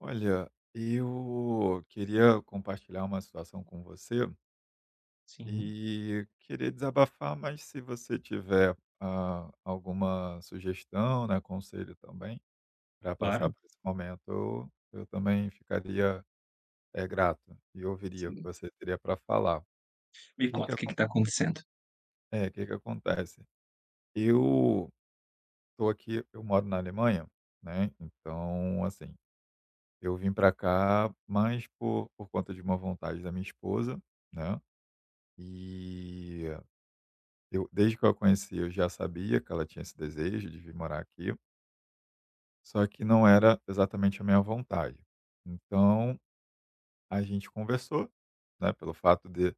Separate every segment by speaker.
Speaker 1: Olha, eu queria compartilhar uma situação com você
Speaker 2: Sim,
Speaker 1: e querer desabafar, mas se você tiver alguma sugestão, né, conselho também, para passar
Speaker 2: claro,
Speaker 1: por esse momento, eu também ficaria grato e ouviria o que
Speaker 2: sim.
Speaker 1: você teria para falar. O
Speaker 2: Me
Speaker 1: que que,
Speaker 2: conta o que que tá acontecendo.
Speaker 1: que acontece? Eu estou aqui, eu moro na Alemanha, né? Então, assim, eu vim para cá mais por conta de uma vontade da minha esposa, né? E eu desde que eu a conheci, eu já sabia que ela tinha esse desejo de vir morar aqui, só que não era exatamente a minha vontade. Então a gente conversou, né, pelo fato de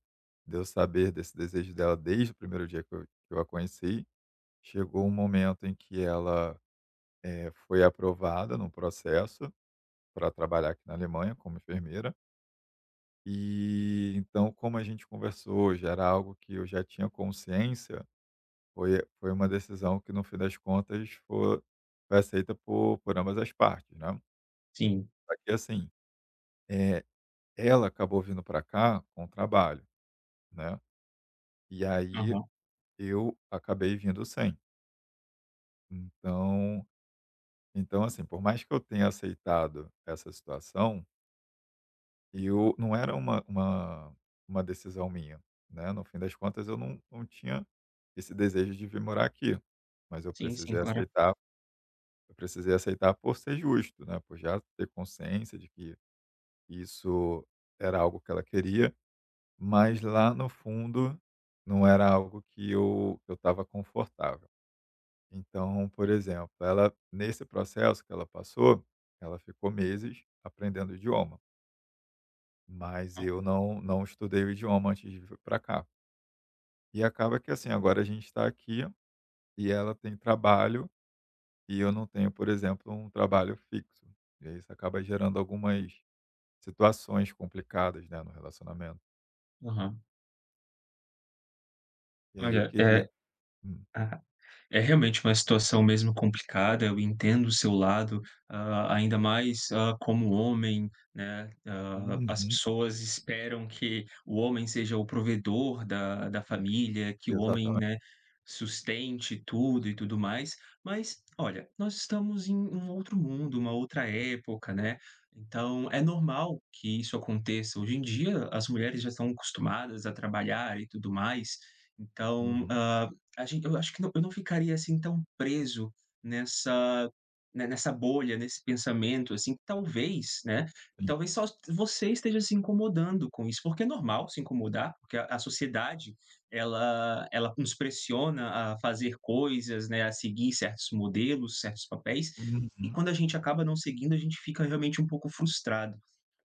Speaker 1: de eu saber desse desejo dela desde o primeiro dia que eu a conheci, chegou um momento em que ela, foi aprovada no processo para trabalhar aqui na Alemanha como enfermeira, e então como a gente conversou, já era algo que eu já tinha consciência. Foi uma decisão que, no fim das contas, fo foi aceita por ambas as partes, né.
Speaker 2: Sim,
Speaker 1: Só que assim, eh, ela acabou vindo para cá com o trabalho, né, e aí
Speaker 2: aham.
Speaker 1: eu acabei vindo sem. Então, assim, por mais que eu tenha aceitado essa situação, eu não era uma uma decisão minha, né, no fim das contas eu não tinha esse desejo de vir morar aqui, mas eu
Speaker 2: Sim, sim,
Speaker 1: precisei
Speaker 2: claro.
Speaker 1: aceitar. Eu precisei aceitar por ser justo, né, por já ter consciência de que isso era algo que ela queria, mas lá no fundo não era algo que eu estava confortável. Então, por exemplo, ela, nesse processo que ela passou, ela ficou meses aprendendo o idioma, mas eu não estudei o idioma antes de vir para cá. E acaba que, assim, agora a gente está aqui e ela tem trabalho e eu não tenho, por exemplo, um trabalho fixo. E aí isso acaba gerando algumas situações complicadas, né, no relacionamento.
Speaker 2: Aham.
Speaker 1: E aí eu
Speaker 2: Olha,
Speaker 1: queria. Hum.
Speaker 2: é realmente uma situação mesmo complicada, eu entendo o seu lado, ainda mais, como homem, né, as
Speaker 1: Uhum.
Speaker 2: pessoas esperam que o homem seja o provedor da família, que o homem,
Speaker 1: Exatamente.
Speaker 2: né, sustente tudo e tudo mais, mas olha, nós estamos em um outro mundo, uma outra época, né, então é normal que isso aconteça. Hoje em dia as mulheres já estão acostumadas a trabalhar e tudo mais, então,
Speaker 1: Uhum.
Speaker 2: a gen eu acho que eu não ficaria, assim, tão preso nessa ne nessa bolha, nesse pensamento, assim, que talvez, né,
Speaker 1: Sim.
Speaker 2: talvez só você esteja se incomodando com isso, porque é normal se incomodar, porque a sociedade ela nos pressiona a fazer coisas, né, a seguir certos modelos, certos papéis, e
Speaker 1: Uhum,
Speaker 2: quando a gente acaba não seguindo, a gente fica realmente um pouco frustrado.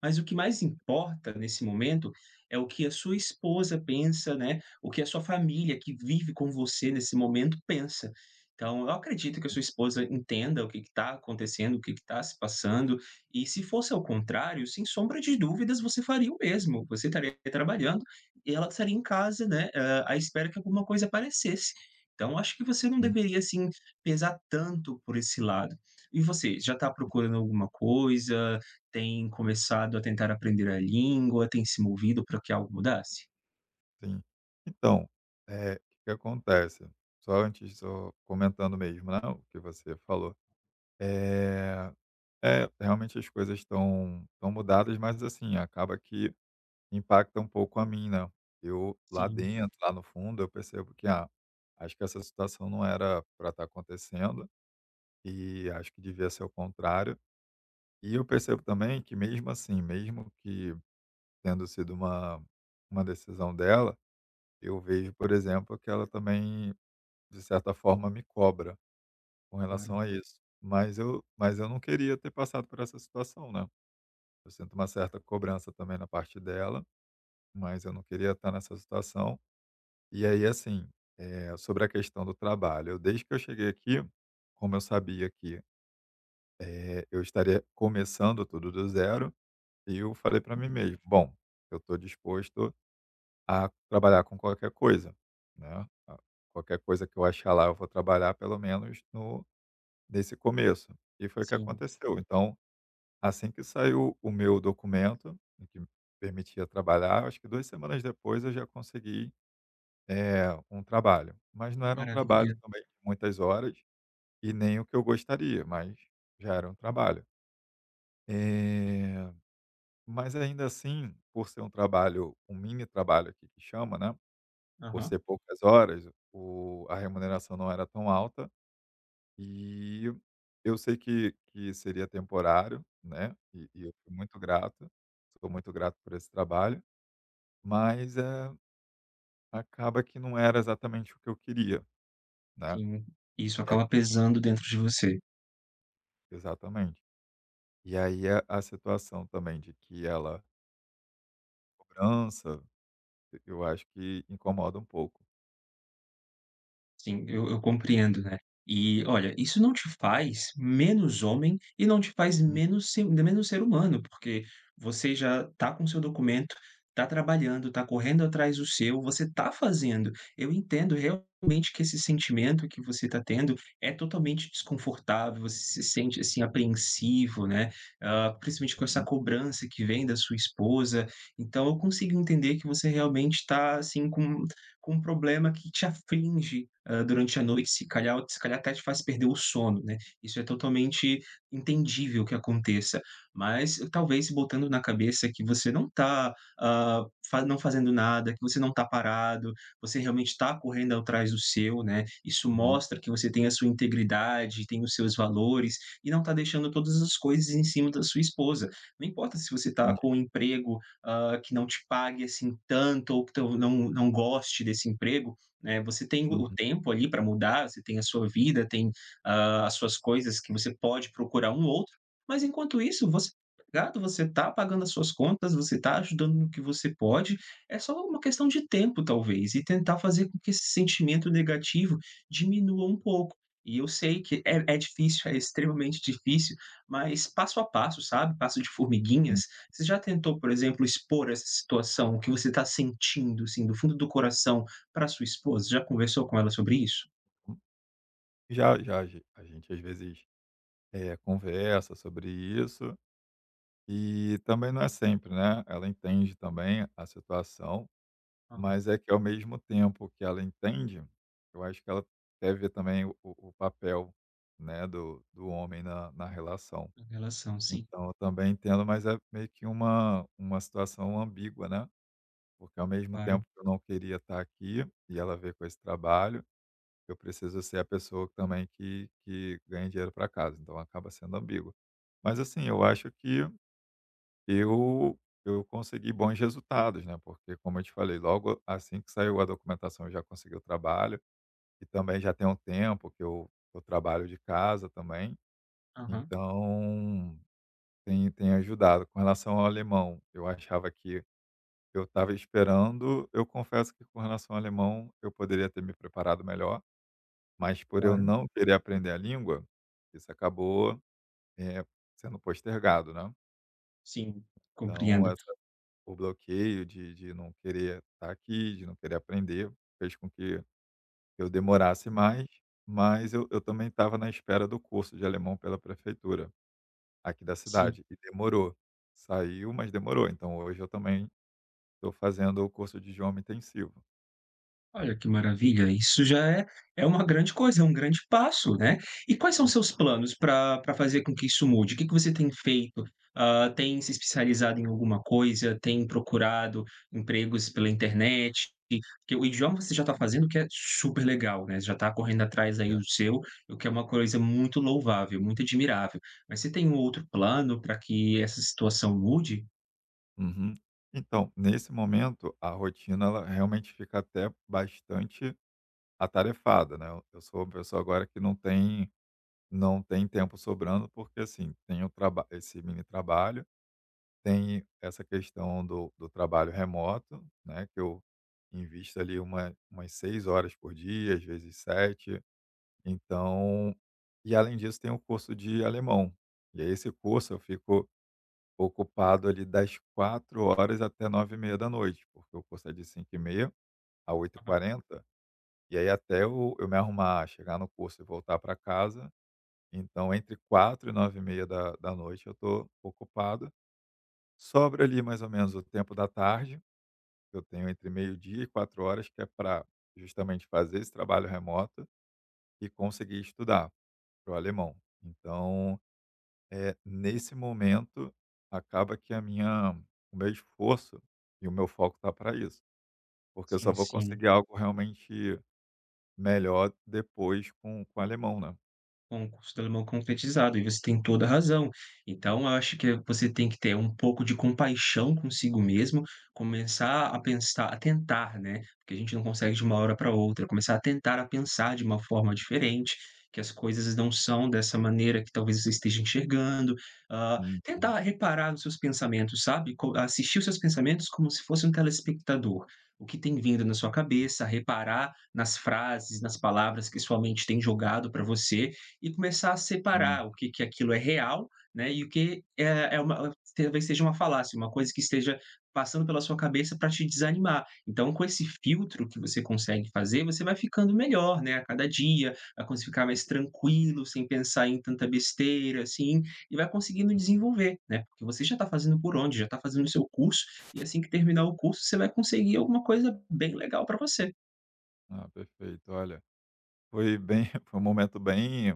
Speaker 2: Mas o que mais importa nesse momento é o que a sua esposa pensa, né, o que a sua família que vive com você nesse momento pensa. Então, eu acredito que a sua esposa entenda o que está acontecendo, o que está se passando, e se fosse ao contrário, sem sombra de dúvidas, você faria o mesmo. Você estaria trabalhando e ela estaria em casa, né, à espera que alguma coisa aparecesse. Então, acho que você não
Speaker 1: uhum.
Speaker 2: deveria, assim, pesar tanto por esse lado. E você, já está procurando alguma coisa? Tem começado a tentar aprender a língua? Tem se movido para que algo mudasse?
Speaker 1: Sim. Então, que acontece? Só antes, só comentando mesmo, né, o que você falou. é Realmente as coisas estão mudadas, mas assim, acaba que impacta um pouco a mim, né. Eu lá
Speaker 2: Sim,
Speaker 1: dentro, lá no fundo, eu percebo que, acho que essa situação não era para estar acontecendo e acho que devia ser o contrário. E eu percebo também que, mesmo assim, mesmo que tendo sido uma decisão dela, eu vejo, por exemplo, que ela também, de certa forma, me cobra com
Speaker 2: claro.
Speaker 1: relação a isso. Mas eu não queria ter passado por essa situação, né. Eu sinto uma certa cobrança também na parte dela, mas eu não queria estar nessa situação. E aí, assim, sobre a questão do trabalho, eu desde que eu cheguei aqui, como eu sabia que, eu estaria começando tudo do zero. E eu falei para mim mesmo: "Bom, eu estou disposto a trabalhar com qualquer coisa, né, a qualquer coisa que eu achar lá, eu vou trabalhar pelo menos no nesse começo". E foi o que
Speaker 2: Sim,
Speaker 1: aconteceu. Então, assim que saiu o meu documento, o que me permitia trabalhar, acho que 2 semanas depois eu já consegui, um trabalho. Mas não
Speaker 2: uma
Speaker 1: era um trabalho
Speaker 2: maravilha.
Speaker 1: também de muitas horas e nem o que eu gostaria, mas já era um trabalho. Eh Mas ainda assim, por ser um trabalho, um mini trabalho, aqui que chama, né, por
Speaker 2: Aham,
Speaker 1: ser poucas horas, o a remuneração não era tão alta, e eu sei que seria temporário, né, e eu fui muito grato, sou muito grato por esse trabalho, mas, acaba que não era exatamente o que eu queria, né,
Speaker 2: sim. Isso
Speaker 1: e a
Speaker 2: acaba pesando dentro de você.
Speaker 1: exatamente. E aí a situação também de que ela cobrança, eu acho que incomoda um pouco.
Speaker 2: Sim, eu compreendo, né. E olha, isso não te faz menos homem e não te faz menos ser humano, porque você já tá com seu documento, tá trabalhando, tá correndo atrás do seu, você tá fazendo. Eu entendo realmente que esse sentimento que você tá tendo é totalmente desconfortável, você se sente, assim, apreensivo, né, principalmente com essa
Speaker 1: Uhum,
Speaker 2: cobrança que vem da sua esposa. Então eu consigo entender que você realmente tá, assim, com um problema que te aflige durante a noite, se calhar até te faz perder o sono, né. Isso é totalmente entendível que aconteça, mas talvez botando na cabeça que você não está não fazendo nada, que você não está parado, você realmente está correndo atrás do seu, né, isso
Speaker 1: uhum,
Speaker 2: mostra que você tem a sua integridade, tem os seus valores e não está deixando todas as coisas em cima da sua esposa. Não importa se você está
Speaker 1: entendi.
Speaker 2: com um emprego, que não te pague, assim, tanto ou que tão não goste desse emprego, né, você tem o tempo ali para mudar, você tem a sua vida, tem, as suas coisas que você pode procurar um outro, mas enquanto isso você tá empregado, você está pagando as suas contas, você está ajudando no que você pode, é só uma questão de tempo talvez, e tentar fazer com que esse sentimento negativo diminua um pouco. E eu sei que é difícil, é extremamente difícil, mas passo a passo, sabe, passo de
Speaker 1: Sim,
Speaker 2: formiguinhas. Você já tentou, por exemplo, expor essa situação, o que você está sentindo, assim, do fundo do coração, para sua esposa, já conversou com ela sobre isso?
Speaker 1: sim. Já a gente, às vezes, conversa sobre isso, e também não é sempre, né, ela entende também a situação,
Speaker 2: Aham,
Speaker 1: mas é que, ao mesmo tempo que ela entende, eu acho que ela quer ver também o papel, né, do homem na relação.
Speaker 2: em relação, sim,
Speaker 1: Então eu também entendo, mas é meio que uma situação ambígua, né, porque ao mesmo
Speaker 2: claro.
Speaker 1: tempo que eu não queria estar aqui, e ela veio com esse trabalho, eu preciso ser a pessoa também que ganha dinheiro para casa. Então acaba sendo ambíguo. Mas, assim, eu acho que eu, eu consegui bons resultados, né? Porque, como eu te falei, logo assim que saiu a documentação, eu já consegui o trabalho. E também já tem um tempo que eu trabalho de casa também.
Speaker 2: Aham.
Speaker 1: Então, tem ajudado. Com relação ao alemão, eu achava que eu estava esperando. Eu confesso que, com relação ao alemão, eu poderia ter me preparado melhor. Mas por eu
Speaker 2: Claro,
Speaker 1: não querer aprender a língua, isso acabou, eh, sendo postergado, né.
Speaker 2: sim,
Speaker 1: Então
Speaker 2: compreendo.
Speaker 1: essa o bloqueio de não querer estar aqui, de não querer aprender, fez com que eu demorasse mais, mas eu também estava na espera do curso de alemão pela prefeitura aqui da
Speaker 2: Sim.
Speaker 1: cidade, e demorou. Saiu, mas demorou. Então hoje eu também estou fazendo o curso de idioma intensivo.
Speaker 2: Olha que maravilha, isso já é uma grande coisa, é um grande passo, né. E quais são
Speaker 1: Hum,
Speaker 2: seus planos para fazer com que isso mude? O que que você tem feito? Hã, tem se especializado em alguma coisa? Tem procurado empregos pela internet? Porque o idioma você já está fazendo, que é super legal, né. Você já está correndo atrás aí
Speaker 1: legal.
Speaker 2: do seu, o que é uma coisa muito louvável, muito admirável. Mas você tem um outro plano para que essa situação mude?
Speaker 1: Uhum. Então, nesse momento, a rotina ela realmente fica até bastante atarefada, né, eu sou uma pessoa agora que não tem tempo sobrando, porque, assim, tem o traba esse mini trabalho, tem essa questão do trabalho remoto, né, que eu invisto ali umas 6 horas por dia, às vezes 7. Então, além disso, tem o curso de alemão, e aí esse curso eu fico ocupado ali das 4 horas até 9h30 da noite, porque o curso é de 5h30 a oito e
Speaker 2: Aham.
Speaker 1: quarenta. E aí, até eu me arrumar, chegar no curso e voltar para casa, então entre 4 e 9h30 da noite eu estou ocupado. Sobra ali, mais ou menos, o tempo da tarde, que eu tenho entre meio-dia e 4 horas, que é para justamente fazer esse trabalho remoto e conseguir estudar para o alemão. Então, é nesse momento, acaba que a minha o meu esforço e o meu foco está para isso, porque eu só
Speaker 2: Sim,
Speaker 1: vou
Speaker 2: sim.
Speaker 1: conseguir algo realmente melhor depois com o alemão, né.
Speaker 2: Com o curso do alemão concretizado, e você tem toda a razão. Então, eu acho que você tem que ter um pouco de compaixão consigo mesmo, começar a pensar a tentar, né, porque a gente não consegue de uma hora para outra, começar a tentar a pensar de uma forma diferente, que as coisas não são dessa maneira que talvez você esteja enxergando,
Speaker 1: Uhum,
Speaker 2: tentar reparar nos seus pensamentos, sabe, co assistir os seus pensamentos como se fosse um telespectador. O que tem vindo na sua cabeça, reparar nas frases, nas palavras que sua mente tem jogado para você, e começar a
Speaker 1: hum.
Speaker 2: separar o que, que aquilo é real, né? E o que é, uma talvez seja uma falácia, uma coisa que esteja passando pela sua cabeça para te desanimar. Então, com esse filtro que você consegue fazer, você vai ficando melhor, né? A cada dia, vai conseguir ficar mais tranquilo, sem pensar em tanta besteira, assim, e vai conseguindo desenvolver, né? Porque você já está fazendo por onde, já está fazendo o seu curso, e assim que terminar o curso, você vai conseguir alguma coisa bem legal para você.
Speaker 1: Ah, perfeito. Olha, foi bem foi um momento bem,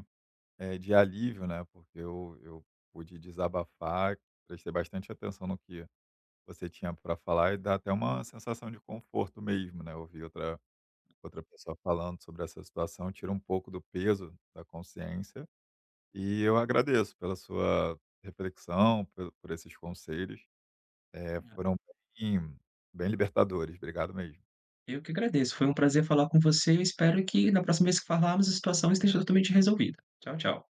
Speaker 1: de alívio, né, porque eu pude desabafar, prestei bastante atenção no que você tinha para falar, e dá até uma sensação de conforto mesmo, né, ouvir outra pessoa falando sobre essa situação, tira um pouco do peso da consciência. E eu agradeço pela sua reflexão, pelo por esses conselhos, foram bem bem libertadores. Obrigado mesmo.
Speaker 2: Eu que agradeço, foi um prazer falar com você, eu espero que na próxima vez que falarmos a situação esteja totalmente resolvida. Tchau, tchau.